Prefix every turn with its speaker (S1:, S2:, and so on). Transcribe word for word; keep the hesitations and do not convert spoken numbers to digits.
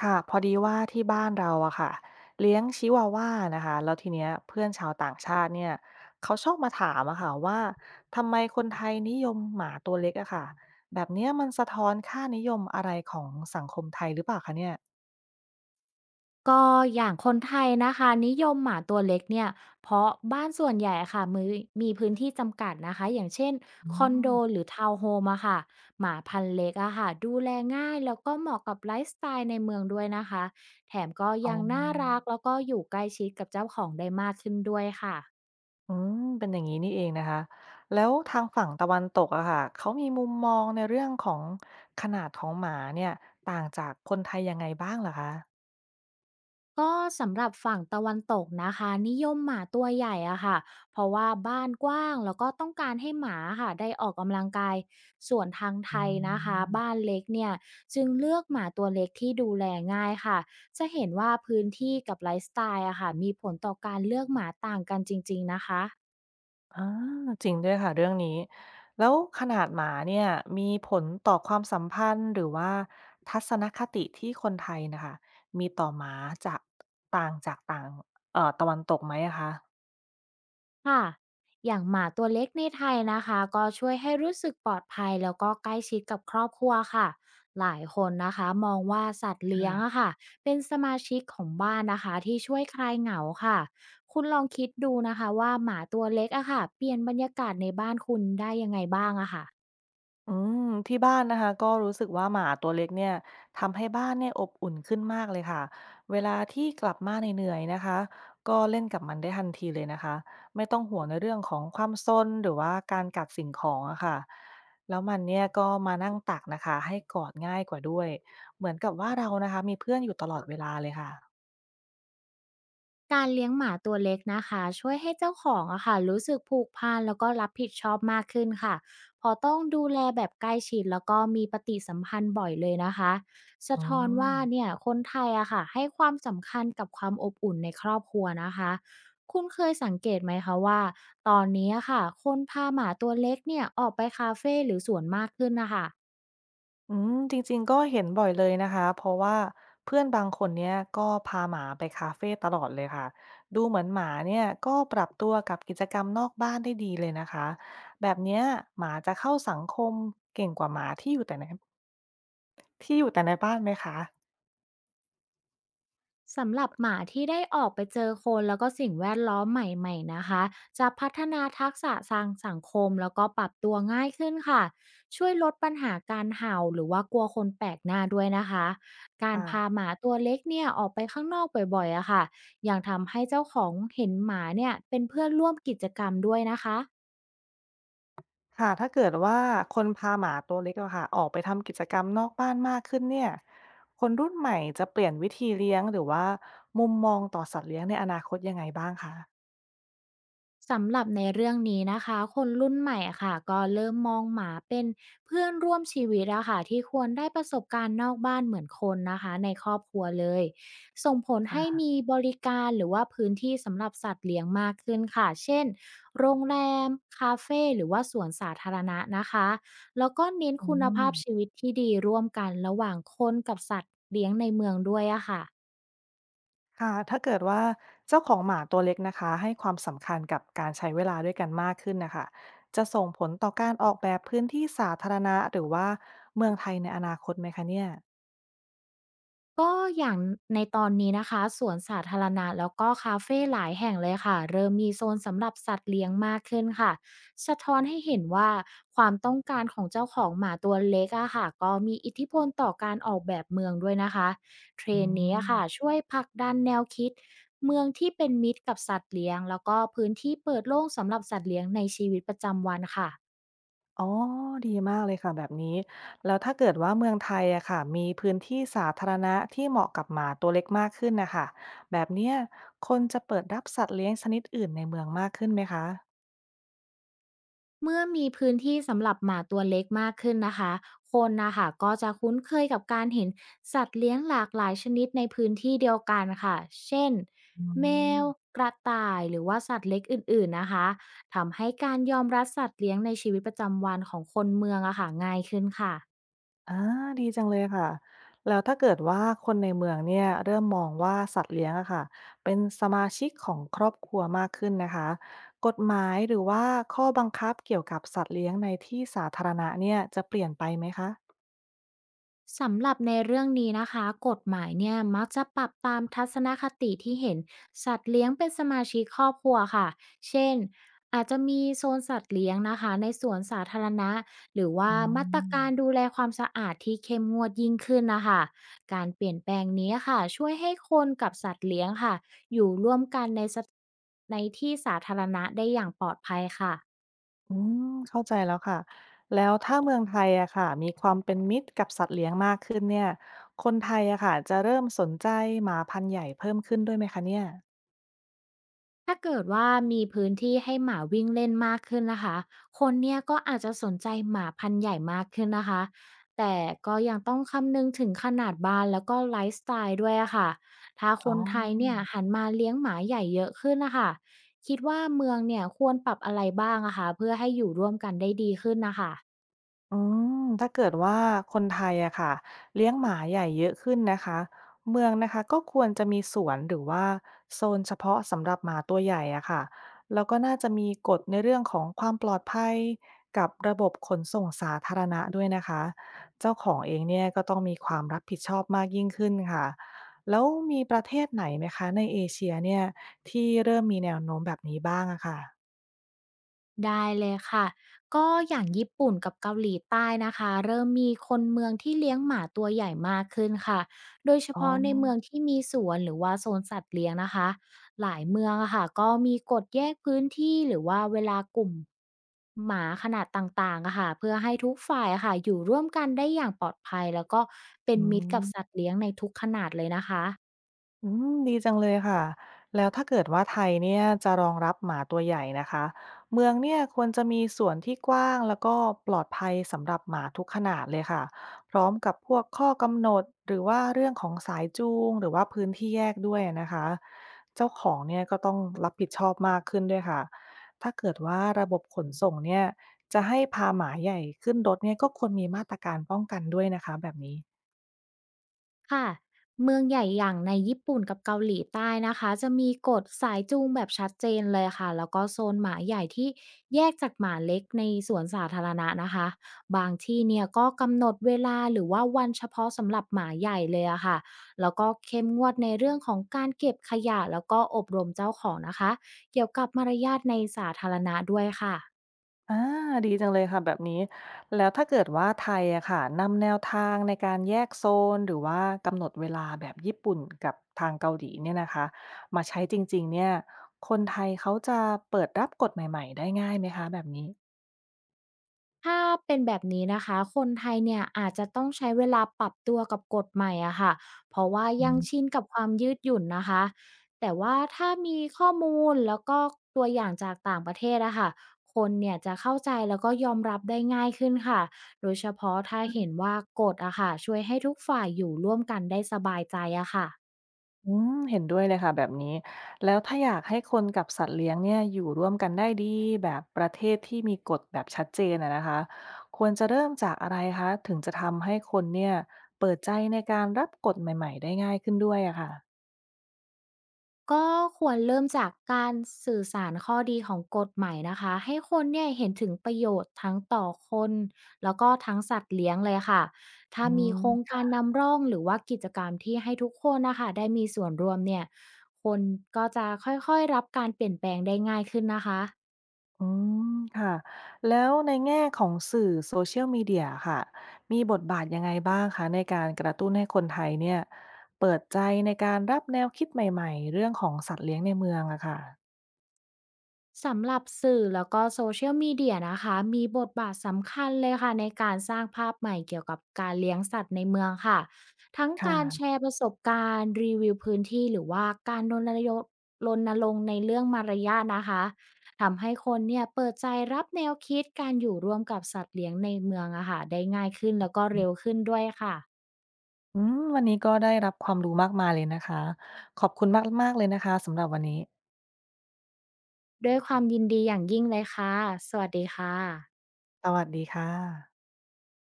S1: ค่ะพอดีว่าที่บ้านเราอะค่ะเลี้ยงชิวาวานะคะแล้วทีเนี้ยเพื่อนชาวต่างชาติเนี่ยเขาชอบมาถามอะค่ะว่าทำไมคนไทยนิยมหมาตัวเล็กอะค่ะแบบเนี้ยมันสะท้อนค่านิยมอะไรของสังคมไทยหรือเปล่าคะเนี่ย
S2: ก็อย่างคนไทยนะคะนิยมหมาตัวเล็กเนี่ยเพราะบ้านส่วนใหญ่อะค่ะมือมีพื้นที่จำกัดนะคะอย่างเช่น
S1: อื
S2: คอนโด
S1: ม
S2: หรือทาวน์โฮมอะค่ะหมาพันธุ์เล็กอะค่ะดูแลง่ายแล้วก็เหมาะกับไลฟ์สไตล์ในเมืองด้วยนะคะแถมก็
S1: อ๋อ
S2: ยังน่ารักแล้วก็อยู่ใกล้ชิดกับเจ้าของได้มากขึ้นด้วยค่ะ
S1: อืมเป็นอย่างนี้นี่เองนะคะแล้วทางฝั่งตะวันตกอะค่ะเขามีมุมมองในเรื่องของขนาดของหมาเนี่ยต่างจากคนไทยยังไงบ้างล่ะคะ
S2: ก็สำหรับฝั่งตะวันตกนะคะนิยมหมาตัวใหญ่อะค่ะเพราะว่าบ้านกว้างแล้วก็ต้องการให้หมาค่ะได้ออกกำลังกายส่วนทางไท
S1: อื
S2: ยนะคะบ้า
S1: ม
S2: นเล็กเนี่ยจึงเลือกหมาตัวเล็กที่ดูแลง่ายค่ะจะเห็นว่าพื้นที่กับไลฟ์สไตล์อะค่ะมีผลต่อการเลือกหมาต่างกันจริงๆนะคะ
S1: อาจริงด้วยค่ะเรื่องนี้แล้วขนาดหมาเนี่ยมีผลต่อความสัมพันธ์หรือว่าทัศนคติที่คนไทยน่ะค่ะมีต่อหมาจากต่างจากต่างเอ่อตะวันตกไหมอะคะ
S2: ค่ะอย่างหมาตัวเล็กในไทยนะคะ ก็ช่วยให้รู้สึกปลอดภัยแล้วก็ใกล้ชิดกับครอบครัวค่ะ หลายคนนะคะมองว่าสัตว์เลี้ยงอะค่ะเป็นสมาชิกของบ้านนะคะที่ช่วยคลายเหงาค่ะคุณลองคิดดูนะคะว่าหมาตัวเล็กอะค่ะเปลี่ยนบรรยากาศในบ้านคุณได้ยังไงบ้างอะค่ะ
S1: อืมที่บ้านนะคะก็รู้สึกว่าหมาตัวเล็กเนี่ยทำให้บ้านเนี่ยอบอุ่นขึ้นมากเลยค่ะเวลาที่กลับมาเหนื่อยๆนะคะก็เล่นกับมันได้ทันทีเลยนะคะไม่ต้องห่วงในเรื่องของความซนหรือว่าการกัดสิ่งของอะค่ะแล้วมันเนี่ยก็มานั่งตักนะคะให้กอดง่ายกว่าด้วยเหมือนกับว่าเรานะคะมีเพื่อนอยู่ตลอดเวลาเลยค่ะ
S2: การเลี้ยงหมาตัวเล็กนะคะช่วยให้เจ้าของอะค่ะรู้สึกผูกพันแล้วก็รับผิดชอบมากขึ้นค่ะเพอต้องดูแลแบบใกล้ชิดแล้วก็มีปฏิสัมพันธ์บ่อยเลยนะคะสะ
S1: อื
S2: ท้อนว่า
S1: ม
S2: เนี่ยคนไทยอะค่ะให้ความสำคัญกับความอบอุ่นในครอบครัวนะคะคุณเคยสังเกตไหมคะว่าตอนนี้อะค่ะคนพาหมาตัวเล็กเนี่ยออกไปคาเฟ่หรือสวนมากขึ้นนะคะ
S1: อืมจริงๆก็เห็นบ่อยเลยนะคะเพราะว่าเพื่อนบางคนเนี่ยก็พาหมาไปคาเฟตลอดเลยค่ะดูเหมือนหมาเนี่ยก็ปรับตัวกับกิจกรรมนอกบ้านได้ดีเลยนะคะแบบเนี้ยหมาจะเข้าสังคมเก่งกว่าหมาที่อยู่แต่ในที่อยู่แต่ในบ้านไหมคะ
S2: สำหรับหมาที่ได้ออกไปเจอคนแล้วก็สิ่งแวดล้อมใหม่ๆนะคะจะพัฒนาทักษะทางสังคมแล้วก็ปรับตัวง่ายขึ้นค่ะช่วยลดปัญหาการเห่าหรือว่ากลัวคนแปลกหน้าด้วยนะคะการพาห
S1: อ่า
S2: มาตัวเล็กเนี่ยออกไปข้างนอกบ่อยๆอะค่ะยังทำให้เจ้าของเห็นหมาเนี่ยเป็นเพื่อนร่วมกิจกรรมด้วยนะคะ
S1: ค่ะถ้าเกิดว่าคนพาหมาตัวเล็กอะค่ะออกไปทำกิจกรรมนอกบ้านมากขึ้นเนี่ยคนรุ่นใหม่จะเปลี่ยนวิธีเลี้ยงหรือว่ามุมมองต่อสัตว์เลี้ยงในอนาคตยังไงบ้างคะ
S2: สำหรับในเรื่องนี้นะคะคนรุ่นใหม่อะค่ะก็เริ่มมองหมาเป็นเพื่อนร่วมชีวิตอะค่ะที่ควรได้ประสบการณ์นอกบ้านเหมือนคนนะคะในครอบครัวเลยส่งผลให้
S1: ค่ะ
S2: มีบริการหรือว่าพื้นที่สำหรับสัตว์เลี้ยงมากขึ้นค่ะเช่นโรงแรมคาเฟ่หรือว่าสวนสาธารณะนะคะแล้วก็เน้น
S1: อื
S2: คุณ
S1: ม
S2: ภาพชีวิตที่ดีร่วมกันระหว่างคนกับสัตว์เลี้ยงในเมืองด้วยอะค่ะ
S1: ค่ะถ้าเกิดว่าเจ้าของหมาตัวเล็กนะคะให้ความสำคัญกับการใช้เวลาด้วยกันมากขึ้นนะคะจะส่งผลต่อการออกแบบพื้นที่สาธารณะหรือว่าเมืองไทยในอนาคตไหมคะเนี่ย
S2: ก็อย่างในตอนนี้นะคะสวนสาธารณะแล้วก็คาเฟหลายแห่งเลยค่ะเริ่มมีโซนสำหรับสัตว์เลี้ยงมากขึ้นค่ะสะท้อนให้เห็นว่าความต้องการของเจ้าของหมาตัวเล็กอะค่ะก็มีอิทธิพลต่อการออกแบบเมืองด้วยนะคะเทร
S1: อื
S2: นด์นี้อะค่ะ
S1: ม
S2: ช่วยผลักดันแนวคิดเมืองที่เป็นมิตรกับสัตว์เลี้ยงแล้วก็พื้นที่เปิดโล่งสำหรับสัตว์เลี้ยงในชีวิตประจำวันค่ะ
S1: อ๋อดีมากเลยค่ะแบบนี้แล้วถ้าเกิดว่าเมืองไทยอะค่ะมีพื้นที่สาธารณะที่เหมาะกับหมาตัวเล็กมากขึ้นนะคะแบบเนี้ยคนจะเปิดรับสัตว์เลี้ยงชนิดอื่นในเมืองมากขึ้นไหมคะ
S2: เมื่อมีพื้นที่สำหรับหมาตัวเล็กมากขึ้นนะคะคนนะคะก็จะคุ้นเคยกับการเห็นสัตว์เลี้ยงหลากหลายชนิดในพื้นที่เดียวกันค่ะเช่น
S1: อื
S2: แมว
S1: ม
S2: กระต่ายหรือว่าสัตว์เล็กอื่นๆนะคะทำให้การยอมรับสัตว์เลี้ยงในชีวิตประจำวันของคนเมืองอะค่ะง่ายขึ้นค่ะ
S1: อาดีจังเลยค่ะแล้วถ้าเกิดว่าคนในเมืองเนี่ยเริ่มมองว่าสัตว์เลี้ยงอะค่ะเป็นสมาชิกของครอบครัวมากขึ้นนะคะกฎหมายหรือว่าข้อบังคับเกี่ยวกับสัตว์เลี้ยงในที่สาธารณะเนี่ยจะเปลี่ยนไปไหมคะ
S2: สำหรับในเรื่องนี้นะคะกฎหมายเนี่ยมักจะปรับตามทัศนคติที่เห็นสัตว์เลี้ยงเป็นสมาชิกครอบครัวค่ะเช่นอาจจะมีโซนสัตว์เลี้ยงนะคะในสวนสาธารณะหรือ
S1: อื
S2: ว่า
S1: ม
S2: มาตรการดูแลความสะอาดที่เข้มงวดยิ่งขึ้นนะคะการเปลี่ยนแปลงนี้ค่ะช่วยให้คนกับสัตว์เลี้ยงค่ะอยู่ร่วมกันในสถในที่สาธารณะได้อย่างปลอดภัยค่ะ
S1: อืมเข้าใจแล้วค่ะแล้วถ้าเมืองไทยอะค่ะมีความเป็นมิตรกับสัตว์เลี้ยงมากขึ้นเนี่ยคนไทยอะค่ะจะเริ่มสนใจหมาพันธุ์ใหญ่เพิ่มขึ้นด้วยไหมคะเนี่ย
S2: ถ้าเกิดว่ามีพื้นที่ให้หมาวิ่งเล่นมากขึ้นนะคะ คนเนี่ยก็อาจจะสนใจหมาพันธุ์ใหญ่มากขึ้นนะคะ แต่ก็ยังต้องคำนึงถึงขนาดบ้านแล้วก็ไลฟ์สไตล์ด้วยอะค่ะ ถ้าค
S1: อ๋อ
S2: นไทยเนี่ยหันมาเลี้ยงหมาใหญ่เยอะขึ้นนะคะ คิดว่าเมืองเนี่ยควรปรับอะไรบ้างอะคะเพื่อให้อยู่ร่วมกันได้ดีขึ้นนะคะ
S1: อืมถ้าเกิดว่าคนไทยอะค่ะเลี้ยงหมาใหญ่เยอะขึ้นนะคะเมืองนะคะก็ควรจะมีสวนหรือว่าโซนเฉพาะสำหรับหมาตัวใหญ่อะค่ะแล้วก็น่าจะมีกฎในเรื่องของความปลอดภัยกับระบบขนส่งสาธารณะด้วยนะคะเจ้าของเองเนี่ยก็ต้องมีความรับผิดชอบมากยิ่งขึ้นค่ะแล้วมีประเทศไหนไหมคะในเอเชียเนี่ยที่เริ่มมีแนวโน้มแบบนี้บ้างอะค่ะ
S2: ได้เลยค่ะ ก็อย่างญี่ปุ่นกับเกาหลีใต้นะคะเริ่มมีคนเมืองที่เลี้ยงหมาตัวใหญ่มากขึ้นค่ะโดยเฉ
S1: อ๋อ
S2: พาะในเมืองที่มีสวนหรือว่าโซนสัตว์เลี้ยงนะคะหลายเมืองอะค่ะก็มีกฎแยกพื้นที่หรือว่าเวลากลุ่มหมาขนาดต่างๆอะค่ะเพื่อให้ทุกฝ่ายอะค่ะอยู่ร่วมกันได้อย่างปลอดภัยแล้วก็เป็น
S1: อื
S2: มิตรกับสัต
S1: ม
S2: ว์เลี้ยงในทุกขนาดเลยนะคะ
S1: อืมดีจังเลยค่ะแล้วถ้าเกิดว่าไทยเนี่ยจะรองรับหมาตัวใหญ่นะคะเมืองเนี่ยควรจะมีส่วนที่กว้างแล้วก็ปลอดภัยสำหรับหมาทุกขนาดเลยค่ะพร้อมกับพวกข้อกำหนดหรือว่าเรื่องของสายจูงหรือว่าพื้นที่แยกด้วยนะคะเจ้าของเนี่ยก็ต้องรับผิดชอบมากขึ้นด้วยค่ะถ้าเกิดว่าระบบขนส่งเนี่ยจะให้พาหมาใหญ่ขึ้นรถเนี่ยก็ควรมีมาตรการป้องกันด้วยนะคะแบบนี้
S2: ค่ะเมืองใหญ่อย่างในญี่ปุ่นกับเกาหลีใต้นะคะจะมีกฎสายจูงแบบชัดเจนเลยค่ะแล้วก็โซนหมาใหญ่ที่แยกจากหมาเล็กในสวนสาธารณะนะคะบางที่เนี่ยก็กำหนดเวลาหรือว่าวันเฉพาะสำหรับหมาใหญ่เลยอะค่ะแล้วก็เข้มงวดในเรื่องของการเก็บขยะแล้วก็อบรมเจ้าของนะคะเกี่ยวกับมารยาทในสาธารณะด้วยค่ะ
S1: อาดีจังเลยค่ะแบบนี้ แล้วถ้าเกิดว่าไทยอะค่ะนำแนวทางในการแยกโซนหรือว่ากำหนดเวลาแบบญี่ปุ่นกับทางเกาหลีเนี่ยนะคะ มาใช้จริงๆเนี่ย คนไทยเขาจะเปิดรับกฎใหม่ๆได้ง่ายไหมคะแบบนี
S2: ถ้าเป็นแบบนี้นะคะคนไทยเนี่ยอาจจะต้องใช้เวลาปรับตัวกับกฎใหม่อะค่ะเพราะว่ายังชิ
S1: ้
S2: นกับความยืดหยุ่นนะคะแต่ว่าถ้ามีข้อมูลแล้วก็ตัวอย่างจากต่างประเทศอะค่ะคนเนี่ยจะเข้าใจแล้วก็ยอมรับได้ง่ายขึ้นค่ะโดยเฉพาะถ้าเห็นว่ากฎอะค่ะช่วยให้ทุกฝ่ายอยู่ร่วมกันได้สบายใจอะค่ะ
S1: อืมเห็นด้วยเลยค่ะแบบนี้ แล้วถ้าอยากให้คนกับสัตว์เลี้ยงเนี่ยอยู่ร่วมกันได้ดีแบบประเทศที่มีกฎแบบชัดเจนอะนะคะควรจะเริ่มจากอะไรคะถึงจะทำให้คนเนี่ยเปิดใจในการรับกฎใหม่ๆได้ง่ายขึ้นด้วยอะค่ะ
S2: ก็ควรเริ่มจากการสื่อสารข้อดีของกฎหมายนะคะให้คนเนี่ยเห็นถึงประโยชน์ทั้งต่อคนแล้วก็ทั้งสัตว์เลี้ยงเลยค่ะถ้า
S1: อื
S2: มีโครง
S1: ม
S2: การนำร่องหรือว่ากิจกรรมที่ให้ทุกคนนะคะได้มีส่วนร่วมเนี่ยคนก็จะค่อยๆรับการเปลี่ยนแปลงได้ง่ายขึ้นนะคะ
S1: อืมค่ะแล้วในแง่ของสื่อโซเชียลมีเดียค่ะมีบทบาทยังไงบ้างคะในการกระตุ้นให้คนไทยเนี่ยเปิดใจในการรับแนวคิดใหม่ๆเรื่องของสัตว์เลี้ยงในเมืองอะค่ะ
S2: สำหรับสื่อแล้วก็โซเชียลมีเดียนะคะมีบทบาทสำคัญเลยค่ะในการสร้างภาพใหม่เกี่ยวกับการเลี้ยงสัตว์ในเมืองค่ะทั้ง
S1: ค
S2: การแช
S1: ่ะ
S2: ร์ประสบการณ์รีวิวพื้นที่หรือว่าการรณรงค์รณรงค์ในเรื่องมารยาทนะคะทำให้คนเนี่ยเปิดใจรับแนวคิดการอยู่ร่วมกับสัตว์เลี้ยงในเมืองอะค่ะได้ง่ายขึ้นแล้วก็เร็วขึ้นด้วยค่ะ
S1: อืมวันนี้ก็ได้รับความรู้มากมายเลยนะคะขอบคุณมากๆเลยนะคะสำหรับวันนี้
S2: ด้วยความยินดีอย่างยิ่งเลยค่ะสวัสดีค่ะ
S1: สวัสดีค่ะ